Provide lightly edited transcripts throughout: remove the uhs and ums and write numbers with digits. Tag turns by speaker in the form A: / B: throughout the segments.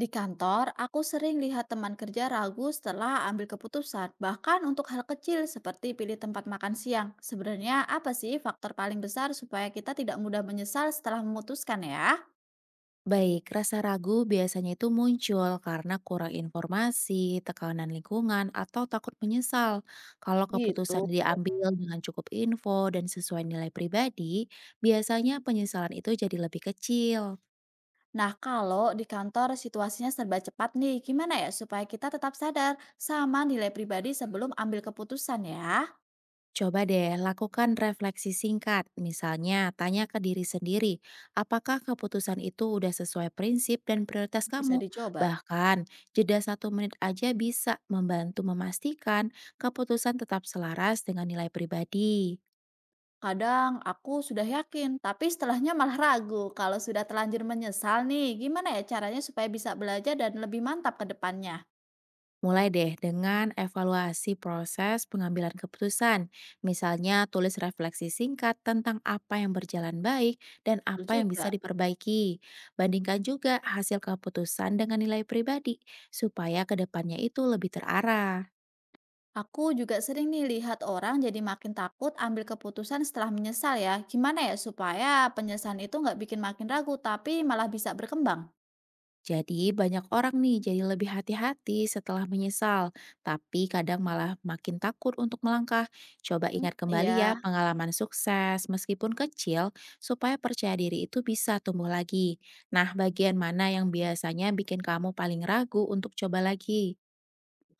A: Di kantor, aku sering lihat teman kerja ragu setelah ambil keputusan, bahkan untuk hal kecil seperti pilih tempat makan siang. Sebenarnya apa sih faktor paling besar supaya kita tidak mudah menyesal setelah memutuskan ya?
B: Baik, rasa ragu biasanya itu muncul karena kurang informasi, tekanan lingkungan, atau takut menyesal. Kalau
A: Gitu.
B: keputusan diambil dengan cukup info dan sesuai nilai pribadi, biasanya penyesalan itu jadi lebih kecil.
A: Nah, kalau di kantor situasinya serba cepat nih, gimana ya supaya kita tetap sadar sama nilai pribadi sebelum ambil keputusan ya?
B: Coba deh lakukan refleksi singkat, misalnya tanya ke diri sendiri, apakah keputusan itu udah sesuai prinsip dan prioritas
A: Bisa
B: kamu?
A: dicoba.
B: Bahkan, jeda satu menit aja bisa membantu memastikan keputusan tetap selaras dengan nilai pribadi.
A: Kadang aku sudah yakin, tapi setelahnya malah ragu. Kalau sudah terlanjur menyesal nih, gimana ya caranya supaya bisa belajar dan lebih mantap ke depannya?
B: Mulai deh dengan evaluasi proses pengambilan keputusan. Misalnya tulis refleksi singkat tentang apa yang berjalan baik dan
A: Betul
B: apa yang bisa
A: juga.
B: diperbaiki. Bandingkan juga hasil keputusan dengan nilai pribadi supaya kedepannya itu lebih terarah.
A: Aku juga sering nih lihat orang jadi makin takut ambil keputusan setelah menyesal ya. Gimana ya supaya penyesalan itu nggak bikin makin ragu, tapi malah bisa berkembang?
B: Jadi banyak orang nih jadi lebih hati-hati setelah menyesal, tapi kadang malah makin takut untuk melangkah. Coba
A: Hmm,
B: ingat kembali ya
A: iya.
B: pengalaman sukses meskipun kecil supaya percaya diri itu bisa tumbuh lagi. Nah, bagian mana yang biasanya bikin kamu paling ragu untuk coba lagi?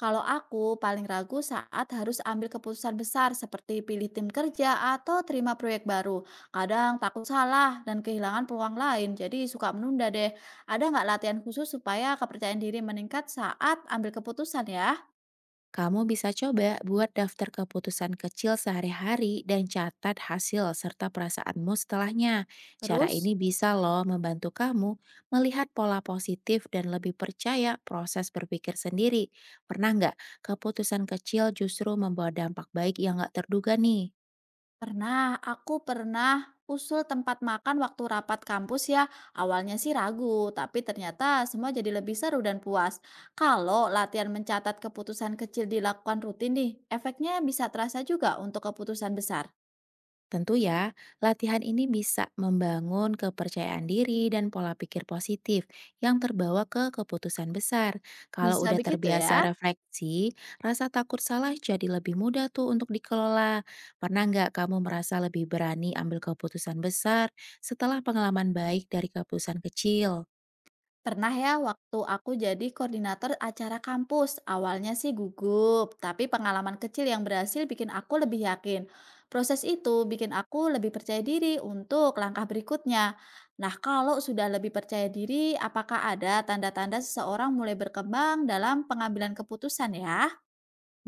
A: Kalau aku paling ragu saat harus ambil keputusan besar seperti pilih tim kerja atau terima proyek baru. Kadang takut salah dan kehilangan peluang lain, jadi suka menunda deh. Ada nggak latihan khusus supaya kepercayaan diri meningkat saat ambil keputusan ya?
B: Kamu bisa coba buat daftar keputusan kecil sehari-hari dan catat hasil serta perasaanmu setelahnya. Cara
A: Terus?
B: ini bisa loh membantu kamu melihat pola positif dan lebih percaya proses berpikir sendiri. Pernah nggak keputusan kecil justru membawa dampak baik yang nggak terduga nih?
A: Pernah, aku pernah usul tempat makan waktu rapat kampus ya. Awalnya sih ragu, tapi ternyata semua jadi lebih seru dan puas. Kalau latihan mencatat keputusan kecil dilakukan rutin nih, efeknya bisa terasa juga untuk keputusan besar.
B: Tentu ya, latihan ini bisa membangun kepercayaan diri dan pola pikir positif yang terbawa ke keputusan besar. Kalau
A: Bisa
B: udah
A: begitu
B: terbiasa
A: ya?
B: refleksi, rasa takut salah jadi lebih mudah tuh untuk dikelola. Pernah nggak kamu merasa lebih berani ambil keputusan besar setelah pengalaman baik dari keputusan kecil?
A: Pernah ya waktu aku jadi koordinator acara kampus. Awalnya sih gugup, tapi pengalaman kecil yang berhasil bikin aku lebih yakin. Proses itu bikin aku lebih percaya diri untuk langkah berikutnya. Nah, kalau sudah lebih percaya diri, apakah ada tanda-tanda seseorang mulai berkembang dalam pengambilan keputusan ya?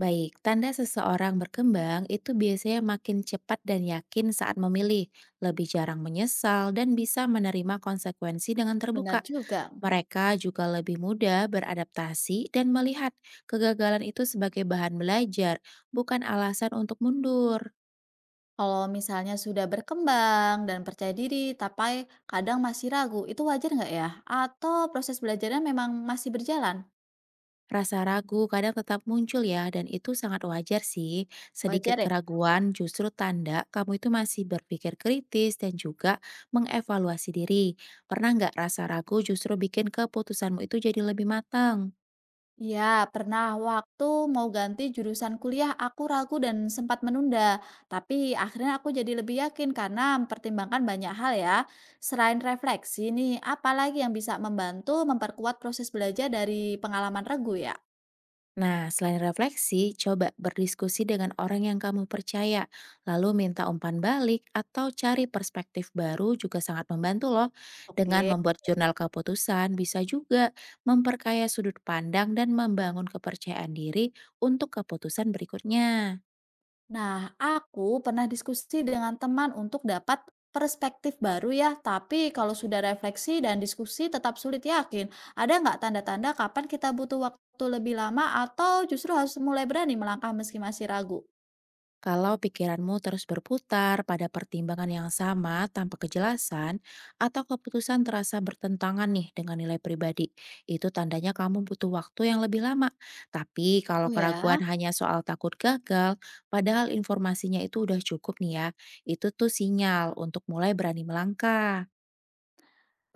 B: Baik, tanda seseorang berkembang itu biasanya makin cepat dan yakin saat memilih, lebih jarang menyesal, dan bisa menerima konsekuensi dengan
A: Benar
B: terbuka.
A: juga.
B: Mereka juga lebih mudah beradaptasi dan melihat kegagalan itu sebagai bahan belajar, bukan alasan untuk mundur.
A: Kalau misalnya sudah berkembang dan percaya diri, tapi kadang masih ragu, itu wajar nggak ya? Atau proses belajarnya memang masih berjalan?
B: Rasa ragu kadang tetap muncul ya, dan itu sangat wajar sih. Sedikit
A: Wajar ya?
B: keraguan justru tanda kamu itu masih berpikir kritis dan juga mengevaluasi diri. Pernah nggak rasa ragu justru bikin keputusanmu itu jadi lebih matang?
A: Iya, pernah waktu mau ganti jurusan kuliah, aku ragu dan sempat menunda. Tapi akhirnya aku jadi lebih yakin karena mempertimbangkan banyak hal ya. Selain refleksi nih, apalagi yang bisa membantu memperkuat proses belajar dari pengalaman regu ya?
B: Nah, selain refleksi, coba berdiskusi dengan orang yang kamu percaya, lalu minta umpan balik atau cari perspektif baru juga sangat membantu loh. Dengan
A: Oke.
B: membuat jurnal keputusan, bisa juga memperkaya sudut pandang dan membangun kepercayaan diri untuk keputusan berikutnya.
A: Nah, aku pernah diskusi dengan teman untuk dapat perspektif baru ya, tapi kalau sudah refleksi dan diskusi tetap sulit yakin. Ada nggak tanda-tanda kapan kita butuh waktu lebih lama atau justru harus mulai berani melangkah meski masih ragu?
B: Kalau pikiranmu terus berputar pada pertimbangan yang sama tanpa kejelasan, atau keputusan terasa bertentangan nih dengan nilai pribadi, itu tandanya kamu butuh waktu yang lebih lama. Tapi kalau
A: Betul
B: keraguan
A: ya.
B: hanya soal takut gagal, padahal informasinya itu udah cukup nih ya, itu tuh sinyal untuk mulai berani melangkah.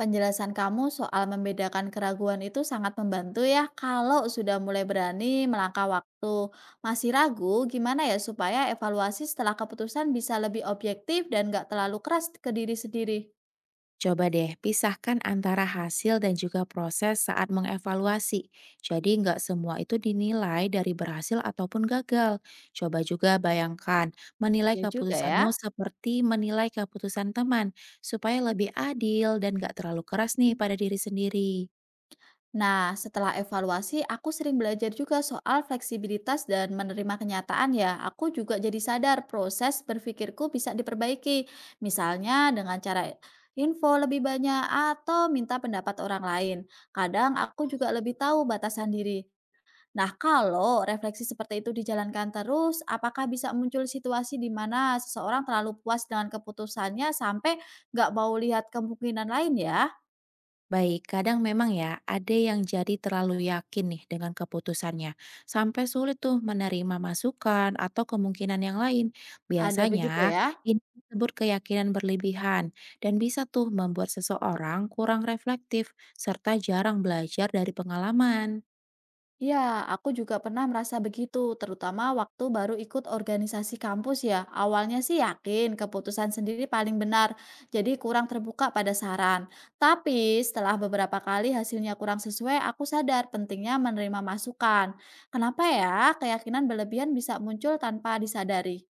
A: Penjelasan kamu soal membedakan keraguan itu sangat membantu ya kalau sudah mulai berani melangkah waktu. Masih ragu, gimana ya supaya evaluasi setelah keputusan bisa lebih objektif dan nggak terlalu keras ke diri sendiri?
B: Coba deh pisahkan antara hasil dan juga proses saat mengevaluasi. Jadi nggak semua itu dinilai dari berhasil ataupun gagal. Coba juga bayangkan menilai
A: Iya juga ya.
B: keputusanmu seperti menilai keputusan teman supaya lebih adil dan nggak terlalu keras nih pada diri sendiri.
A: Nah, setelah evaluasi, aku sering belajar juga soal fleksibilitas dan menerima kenyataan ya. Aku juga jadi sadar proses berpikirku bisa diperbaiki. Misalnya dengan cara info lebih banyak atau minta pendapat orang lain. Kadang aku juga lebih tahu batasan diri. Nah, kalau refleksi seperti itu dijalankan terus, apakah bisa muncul situasi di mana seseorang terlalu puas dengan keputusannya sampai nggak mau lihat kemungkinan lain ya?
B: Baik, kadang memang ya ada yang jadi terlalu yakin nih dengan keputusannya, sampai sulit tuh menerima masukan atau kemungkinan yang lain.
A: Ada begitu
B: Biasanya
A: ya?
B: ini disebut keyakinan berlebihan dan bisa tuh membuat seseorang kurang reflektif serta jarang belajar dari pengalaman.
A: Iya, aku juga pernah merasa begitu, terutama waktu baru ikut organisasi kampus ya. Awalnya sih yakin keputusan sendiri paling benar, jadi kurang terbuka pada saran. Tapi setelah beberapa kali hasilnya kurang sesuai, aku sadar pentingnya menerima masukan. Kenapa ya keyakinan berlebihan bisa muncul tanpa disadari?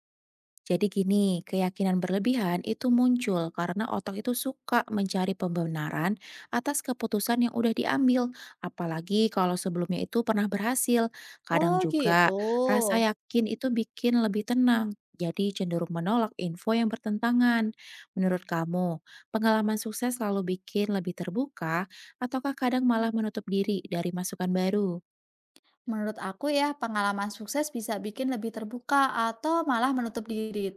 B: Jadi gini, keyakinan berlebihan itu muncul karena otak itu suka mencari pembenaran atas keputusan yang udah diambil, apalagi kalau sebelumnya itu pernah berhasil. Kadang
A: Oh gitu.
B: juga rasa yakin itu bikin lebih tenang, jadi cenderung menolak info yang bertentangan. Menurut kamu, pengalaman sukses selalu bikin lebih terbuka ataukah kadang malah menutup diri dari masukan baru?
A: Menurut aku ya, pengalaman sukses bisa bikin lebih terbuka atau malah menutup diri.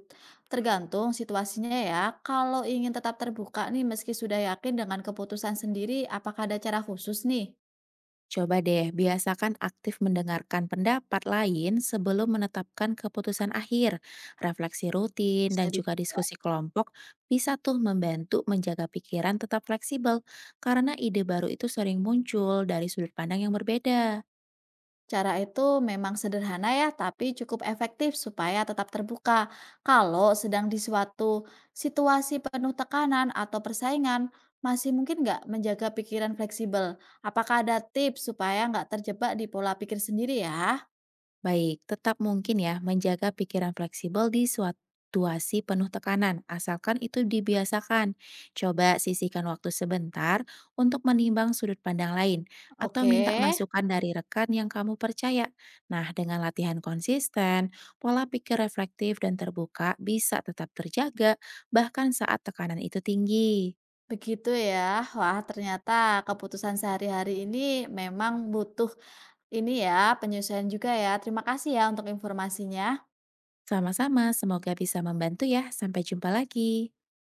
A: Tergantung situasinya ya. Kalau ingin tetap terbuka nih meski sudah yakin dengan keputusan sendiri, apakah ada cara khusus nih?
B: Coba deh, biasakan aktif mendengarkan pendapat lain sebelum menetapkan keputusan akhir. Refleksi rutin
A: Bisa
B: dan
A: di.
B: juga diskusi kelompok bisa tuh membantu menjaga pikiran tetap fleksibel karena ide baru itu sering muncul dari sudut pandang yang berbeda.
A: Cara itu memang sederhana ya, tapi cukup efektif supaya tetap terbuka. Kalau sedang di suatu situasi penuh tekanan atau persaingan, masih mungkin nggak menjaga pikiran fleksibel? Apakah ada tips supaya nggak terjebak di pola pikir sendiri ya?
B: Baik, tetap mungkin ya menjaga pikiran fleksibel di suatu situasi penuh tekanan, asalkan itu dibiasakan. Coba sisihkan waktu sebentar untuk menimbang sudut pandang lain, atau minta
A: Oke,
B: masukan dari rekan yang kamu percaya. Nah, dengan latihan konsisten, pola pikir reflektif dan terbuka bisa tetap terjaga, bahkan saat tekanan itu tinggi.
A: begitu ya. Wah, ternyata keputusan sehari-hari ini memang butuh ini ya, penyesuaian juga ya. Terima kasih ya untuk informasinya.
B: Sama-sama, semoga bisa membantu ya. Sampai jumpa lagi.